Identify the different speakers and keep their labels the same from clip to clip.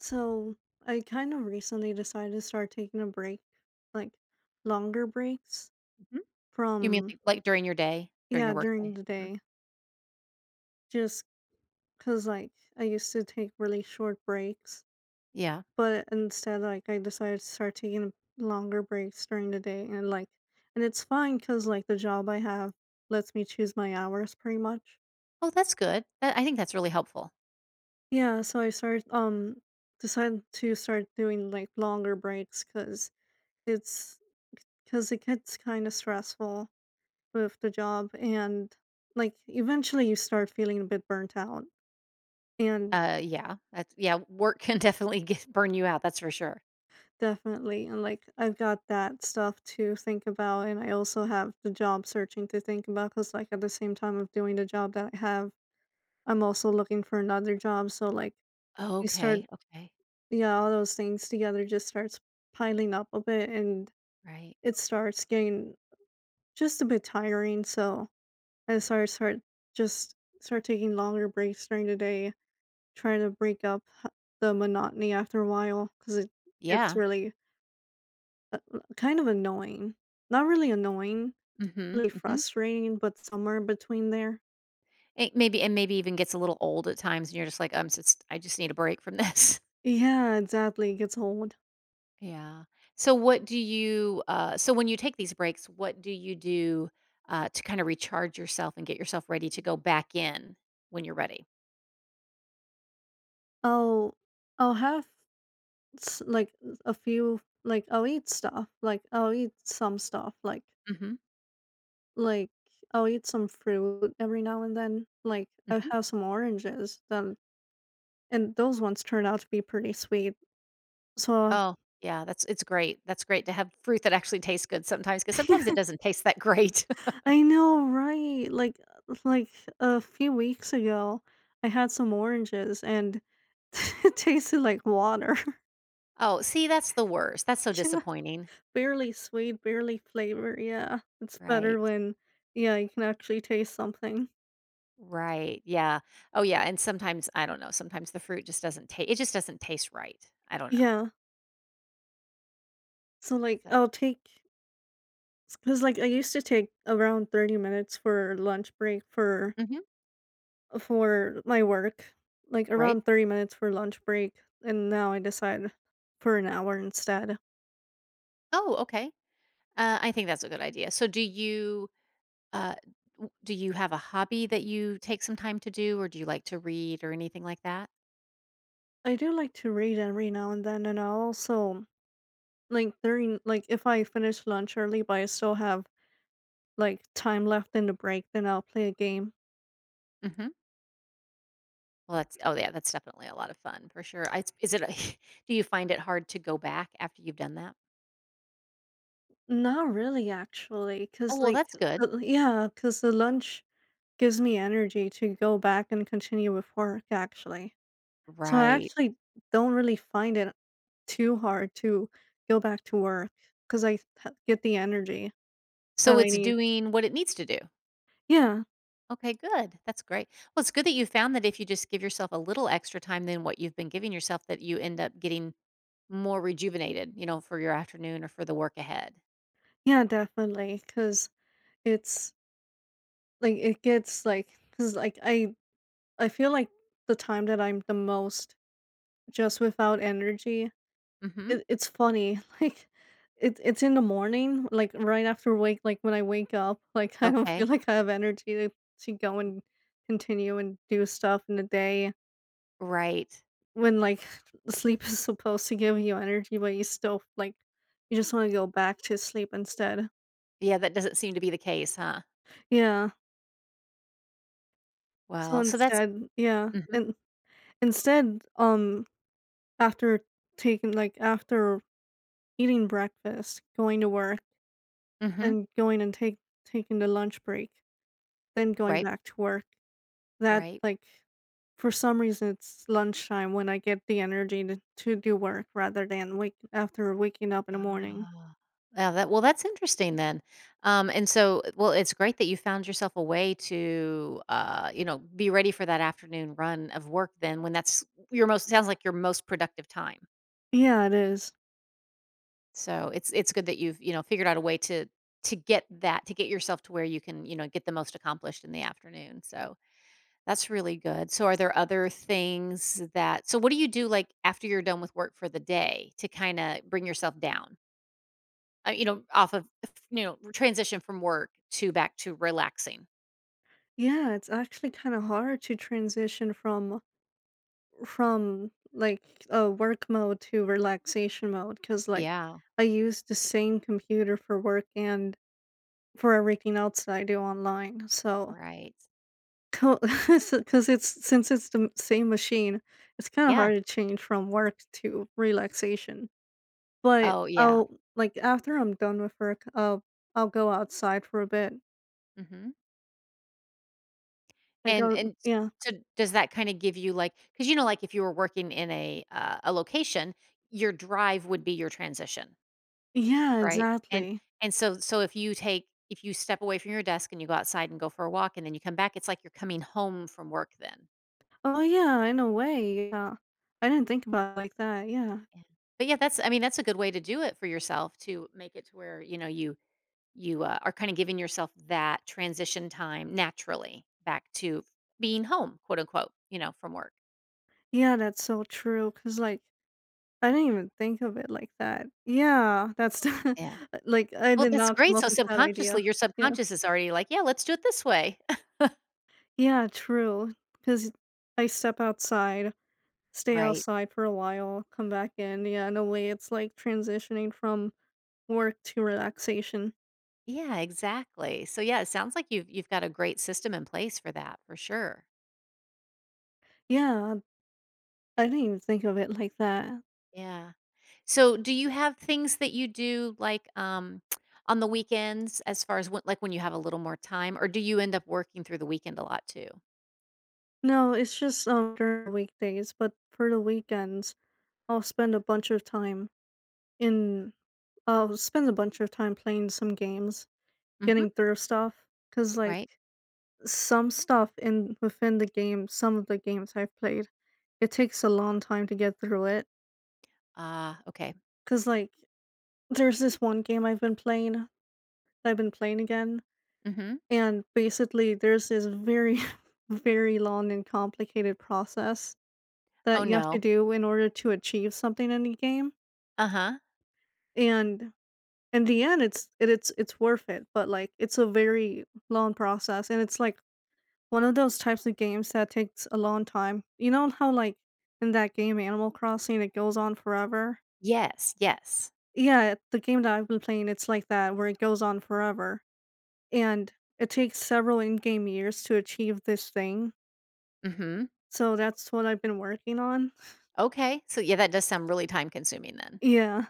Speaker 1: So I kind of recently decided to start taking a break, like longer breaks
Speaker 2: Mhm. You mean
Speaker 1: from,
Speaker 2: like during your day? During
Speaker 1: yeah,
Speaker 2: your
Speaker 1: during
Speaker 2: workday?
Speaker 1: the
Speaker 2: Mhm.
Speaker 1: day, just because like I used to take really short breaks,
Speaker 2: Yeah.
Speaker 1: but instead, like I decided to start taking longer breaks during the day. And it's fine because like the job I have lets me choose my hours pretty much.
Speaker 2: Oh, that's good. That I think that's really helpful.
Speaker 1: Yeah, so I start decided to start doing like longer breaks because it's, because it gets kind of stressful with the job. And like eventually you start feeling a bit burnt out and
Speaker 2: Yeah. That's yeah, work can definitely get burn you out, that's for sure.
Speaker 1: definitely. And like I've got that stuff to think about, and I also have the job searching to think about because like at the same time of doing the job that I have, I'm also looking for another job. So like
Speaker 2: Oh,
Speaker 1: you start,
Speaker 2: okay, okay.
Speaker 1: yeah, all those things together just starts piling up a bit and
Speaker 2: Right.
Speaker 1: it starts getting just a bit tiring. So I start start just start taking longer breaks during the day, trying to break up h the monotony after a while, cause it gets
Speaker 2: Yeah.
Speaker 1: really, kind of annoying. Not really annoying,
Speaker 2: Mhm,
Speaker 1: really
Speaker 2: mhm.
Speaker 1: frustrating, but somewhere in between there.
Speaker 2: It maybe and maybe even gets a little old at times and you're just like, "I'm just need a break from this."
Speaker 1: Yeah, exactly, it gets old.
Speaker 2: Yeah. So what do you, so when you take these breaks, what do you do, to kinda recharge yourself and get yourself ready to go back in when you're ready?
Speaker 1: I'll I'll have s like, a few, like, I'll eat stuff, like,
Speaker 2: Mhm,
Speaker 1: like, I'll eat some fruit every now and then. Like, I
Speaker 2: mhm.
Speaker 1: have some oranges, then and those ones turn out to be pretty sweet, so.
Speaker 2: Oh, yeah, that's it's great. That's great to have fruit that actually tastes good. Sometimes because sometimes it doesn't taste that great.
Speaker 1: I know, right? Like a few weeks ago, I had some oranges and it tasted like water.
Speaker 2: Oh, see, that's the worst. That's so
Speaker 1: Yeah.
Speaker 2: disappointing.
Speaker 1: Barely sweet, barely flavor. Yeah. It's better
Speaker 2: Right.
Speaker 1: when, yeah, you can actually taste something.
Speaker 2: Right. Yeah. Oh, yeah, and sometimes I don't know, sometimes the fruit just doesn't taste. It just doesn't taste right. I don't know.
Speaker 1: Yeah. So like
Speaker 2: So.
Speaker 1: I'll take, cuz like I used to take around 30 minutes for lunch break for
Speaker 2: Mhm.
Speaker 1: for my work. Like
Speaker 2: Right.
Speaker 1: around 30 minutes for lunch break, and now I decide for an hour instead.
Speaker 2: Oh, okay. I think that's a good idea. So do you, uh, w do you have a hobby that you take some time to do, or do you like to read or anything like that?
Speaker 1: I do like to read every now and then, and I also, like, during, like, if I finish lunch early, but I still have like time left in the break, then I'll play a game.
Speaker 2: Mhm. Well, that's definitely a lot of fun for sure. I is it a do you find it hard to go back after you've done that?
Speaker 1: Not really, actually,
Speaker 2: Oh,
Speaker 1: because
Speaker 2: well,
Speaker 1: like,
Speaker 2: that's good.
Speaker 1: yeah, because the lunch gives me energy to go back and continue with work. Actually, so I
Speaker 2: Right.
Speaker 1: actually don't really find it too hard to go back to work because I get the energy
Speaker 2: So
Speaker 1: that I
Speaker 2: it's
Speaker 1: need.
Speaker 2: doing what it needs to do.
Speaker 1: Yeah,
Speaker 2: Okay, good. That's great. Well, it's good that you found that if you just give yourself a little extra time than what you've been giving yourself, that you end up getting more rejuvenated, you know, for your afternoon or for the work ahead.
Speaker 1: yeah, definitely, because it's, like, it gets, like, cause like, I feel like the time that I'm the most just without energy,
Speaker 2: Hmm.
Speaker 1: it's funny, like, it's in the morning, like, when I wake up, like, I don't
Speaker 2: Okay.
Speaker 1: feel like I have energy to go and continue and do stuff in the day
Speaker 2: Right.
Speaker 1: when, like, sleep is supposed to give you energy, but you still, like, you just wanna go back to sleep instead.
Speaker 2: Yeah, that doesn't seem to be the case, huh?
Speaker 1: Yeah. So
Speaker 2: Well, so that's.
Speaker 1: instead, yeah,
Speaker 2: Hmm.
Speaker 1: and instead, after after eating breakfast, going to work,
Speaker 2: Hmm.
Speaker 1: then going and take taking the lunch break, then going
Speaker 2: Right,
Speaker 1: back to work. That,
Speaker 2: right.
Speaker 1: like, for some reason, it's lunchtime when I get the energy to do work rather than wake after waking up in the morning.
Speaker 2: Ah. Yeah, that well, that's interesting then. And so, well, it's great that you found yourself a way to, you know, be ready for that afternoon run of work. Then, when that's your most sounds like your most productive time.
Speaker 1: Yeah, it is.
Speaker 2: So it's good that you've you know figured out a way to get that to get yourself to where you can you know get the most accomplished in the afternoon. So that's really good. So are there other things that? So what do you do like after you're done with work for the day to kind of bring yourself down? You know, off of, you know, transition from work to back to relaxing.
Speaker 1: Yeah, it's actually kinda hard to transition from, like, a work mode to relaxation mode, because like,
Speaker 2: Yeah,
Speaker 1: I use the same computer for work and for everything else that I do online. So
Speaker 2: right.
Speaker 1: because it's since it's the same machine, it's kinda
Speaker 2: Yeah.
Speaker 1: hard to change from work to relaxation. But
Speaker 2: Oh, yeah.
Speaker 1: I'll, like, after I'm done with work, I'll go outside for a bit.
Speaker 2: Hmm.
Speaker 1: Like I
Speaker 2: And
Speaker 1: will,
Speaker 2: and
Speaker 1: yeah.
Speaker 2: so does that kind of give you like cuz you know like if you were working in a location, your drive would be your transition,
Speaker 1: Yeah,
Speaker 2: right? And
Speaker 1: exactly.
Speaker 2: so if you take if you step away from your desk and you go outside and go for a walk and then you come back, it's like you're coming home from work then.
Speaker 1: Oh, yeah, in a way, yeah. I didn't think about it like that, yeah.
Speaker 2: Yeah. But yeah, that's I mean that's a good way to do it for yourself to make it to where, you know, you. You, are kinda giving yourself that transition time naturally back to being "home," quote unquote, you know, from work.
Speaker 1: Yeah, that's so true because like, I didn't even think of it like that. Yeah, that's,
Speaker 2: Yeah.
Speaker 1: like, I
Speaker 2: Well,
Speaker 1: did
Speaker 2: that's
Speaker 1: not come
Speaker 2: great. So
Speaker 1: up with that idea.
Speaker 2: subconsciously, your
Speaker 1: Yeah.
Speaker 2: subconscious is already like, "Yeah, let's do it this way."
Speaker 1: Yeah, true. Cause I step outside, stay
Speaker 2: Right.
Speaker 1: outside for a while, come back in. Yeah, in a way, it's like transitioning from work to relaxation.
Speaker 2: Yeah, exactly. So, yeah, it sounds like you've got a great system in place for that, for sure.
Speaker 1: Yeah, I didn't even think of it like that.
Speaker 2: Yeah. So, do you have things that you do, like, on the weekends as far as when like, when you have a little more time, or do you end up working through the weekend a lot too?
Speaker 1: No, it's just during the weekdays, but for the weekends, I'll spend a bunch of time in. I'll spend a bunch of time playing some games,
Speaker 2: Mhm.
Speaker 1: getting through stuff. Cause like
Speaker 2: Right?
Speaker 1: some stuff in within the game, some of the games I've played, it takes a long time to get through it.
Speaker 2: Ah, okay.
Speaker 1: Cause like, there's this one game I've been playing that I've been playing again,
Speaker 2: Mhm.
Speaker 1: and basically there's this very, very long and complicated process
Speaker 2: Oh,
Speaker 1: that you have to
Speaker 2: no.
Speaker 1: do in order to achieve something in the game,
Speaker 2: Uh-huh.
Speaker 1: and in the end, it's it's worth it, but, like, it's a very long process, and it's like one of those types of games that takes a long time. You know how, like, in that game Animal Crossing, it goes on forever?
Speaker 2: Yes, yes.
Speaker 1: Yeah, the game that I've been playing, it's like that, where it goes on forever. And it takes several in game years to achieve this thing.
Speaker 2: Mhm.
Speaker 1: So that's what I've been working on.
Speaker 2: Okay. So, yeah, that does sound really time consuming then.
Speaker 1: Yeah.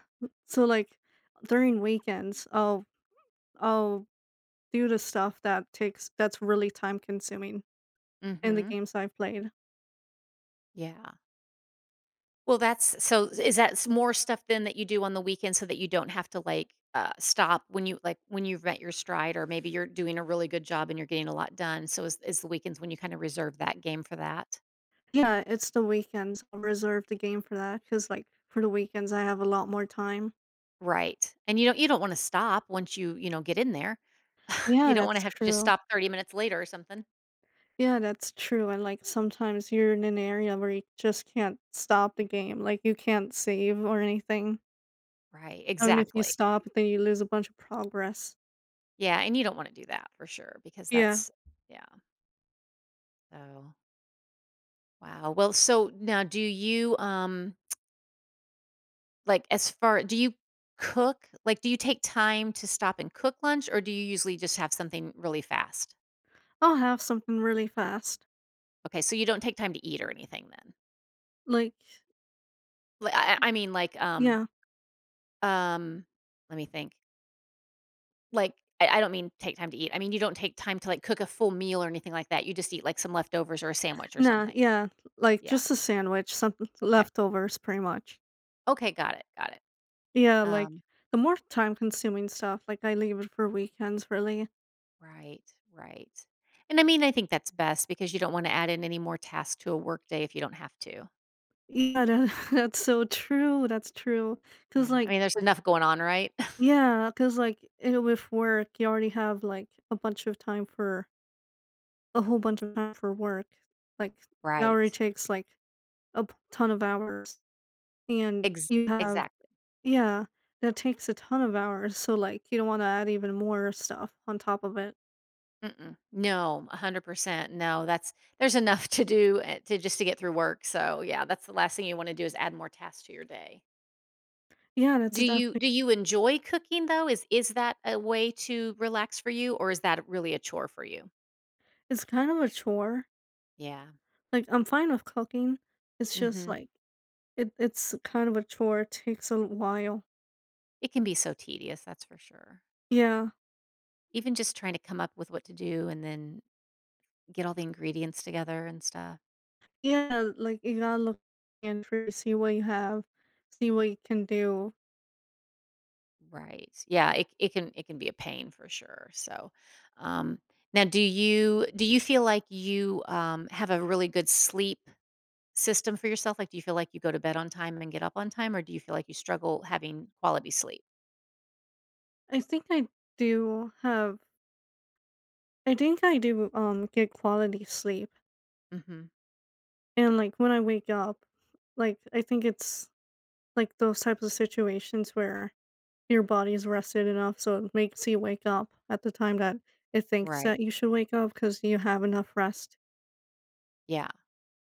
Speaker 1: So, like, during weekends, I'll do the stuff that that's really time consuming in the
Speaker 2: Mhm.
Speaker 1: games I've played.
Speaker 2: Yeah. Well, that's so is that s more stuff then that you do on the weekend so that you don't have to, like, stop when you like, when you've met your stride or maybe you're doing a really good job and you're getting a lot done, so is the weekends when you kinda reserve that game for that?
Speaker 1: Yeah, it's the weekends. I'll reserve the game for that because, like, for the weekends, I have a lot more time.
Speaker 2: Right. And you don't wanna stop once you, you know, get in there. You
Speaker 1: Yeah,
Speaker 2: don't wanna
Speaker 1: that's
Speaker 2: have to just
Speaker 1: true.
Speaker 2: stop 30 minutes later or something.
Speaker 1: Yeah, that's true, and, like, sometimes you're in an area where you just can't stop the game, like, you can't save or anything.
Speaker 2: Right,
Speaker 1: I mean, if you
Speaker 2: exactly.
Speaker 1: stop, then you lose a bunch of progress.
Speaker 2: Yeah, and you don't wanna do that for sure because
Speaker 1: Yeah,
Speaker 2: that's yeah, so wow. Well, so now do you, like, as far do you cook? Like, do you take time to stop and cook lunch, or do you usually just have something really fast?
Speaker 1: I'll have something really fast.
Speaker 2: Okay, so you don't take time to eat or anything then?
Speaker 1: Like,
Speaker 2: Like, I mean, like,
Speaker 1: yeah.
Speaker 2: um, let me think. Like, I don't mean take time to eat. I mean, you don't take time to, like, cook a full meal or anything like that. You just eat, like, some leftovers or a sandwich or
Speaker 1: Nah,
Speaker 2: something.
Speaker 1: yeah, like,
Speaker 2: Yeah,
Speaker 1: just a sandwich, something
Speaker 2: okay.
Speaker 1: leftovers pretty much.
Speaker 2: Okay, got it, got it.
Speaker 1: Yeah, like,
Speaker 2: Um.
Speaker 1: the more time-consuming stuff, like, I leave it for weekends, really.
Speaker 2: Right, right. And I mean, I think that's best because you don't wanna add in any more tasks to a workday if you don't have to.
Speaker 1: Yeah, that that's so true, that's true. Cause
Speaker 2: Yeah, I
Speaker 1: like,
Speaker 2: mean, there's enough going on, right?
Speaker 1: yeah. Cause like, eh, with work, you already have, like, a whole bunch of time for work. Like, that already
Speaker 2: Right.
Speaker 1: takes, like, a p ton of hours, and
Speaker 2: Ex
Speaker 1: you have,
Speaker 2: exactly.
Speaker 1: yeah, that takes a ton of hours, so, like, you don't wanna add even more stuff on top of it.
Speaker 2: Mm-mm. No, 100%. No, that's there's enough to do, eh, to just to get through work, so, yeah, that's the last thing you wanna do is add more tasks to your day.
Speaker 1: Yeah, that's
Speaker 2: Do you
Speaker 1: exactly,
Speaker 2: do you enjoy cooking, though? Is that a way to relax for you, or is that really a chore for you?
Speaker 1: it's kind of a chore.
Speaker 2: Yeah.
Speaker 1: Like, I'm fine with cooking, it's just,
Speaker 2: Mhm.
Speaker 1: like, it it's kind of a chore, it takes a while.
Speaker 2: It can be so tedious, that's for sure.
Speaker 1: Yeah.
Speaker 2: Even just trying to come up with what to do and then get all the ingredients together and stuff.
Speaker 1: Yeah, like you gotta look and see what you have, see what you can do.
Speaker 2: Right. Yeah, it can it can be a pain for sure. So, um now do you feel like you have a really good sleep system for yourself? Like do you feel like you go to bed on time and get up on time or do you feel like you struggle having quality sleep?
Speaker 1: I think I do have I think I do get quality sleep.
Speaker 2: Mhm.
Speaker 1: And like when I wake up, like I think it's like those types of situations where your body's rested enough so it makes you wake up at the time that it thinks
Speaker 2: Right.
Speaker 1: that you should wake up because you have enough rest.
Speaker 2: Yeah.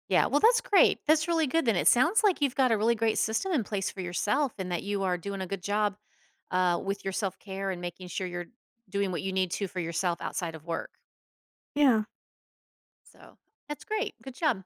Speaker 2: Yeah, well, that's great. That's really good then. It sounds like you've got a really great system in place for yourself and that you are doing a good job with your self care and making sure you're doing what you need to for yourself outside of work.
Speaker 1: Yeah,
Speaker 2: So that's great. Good job.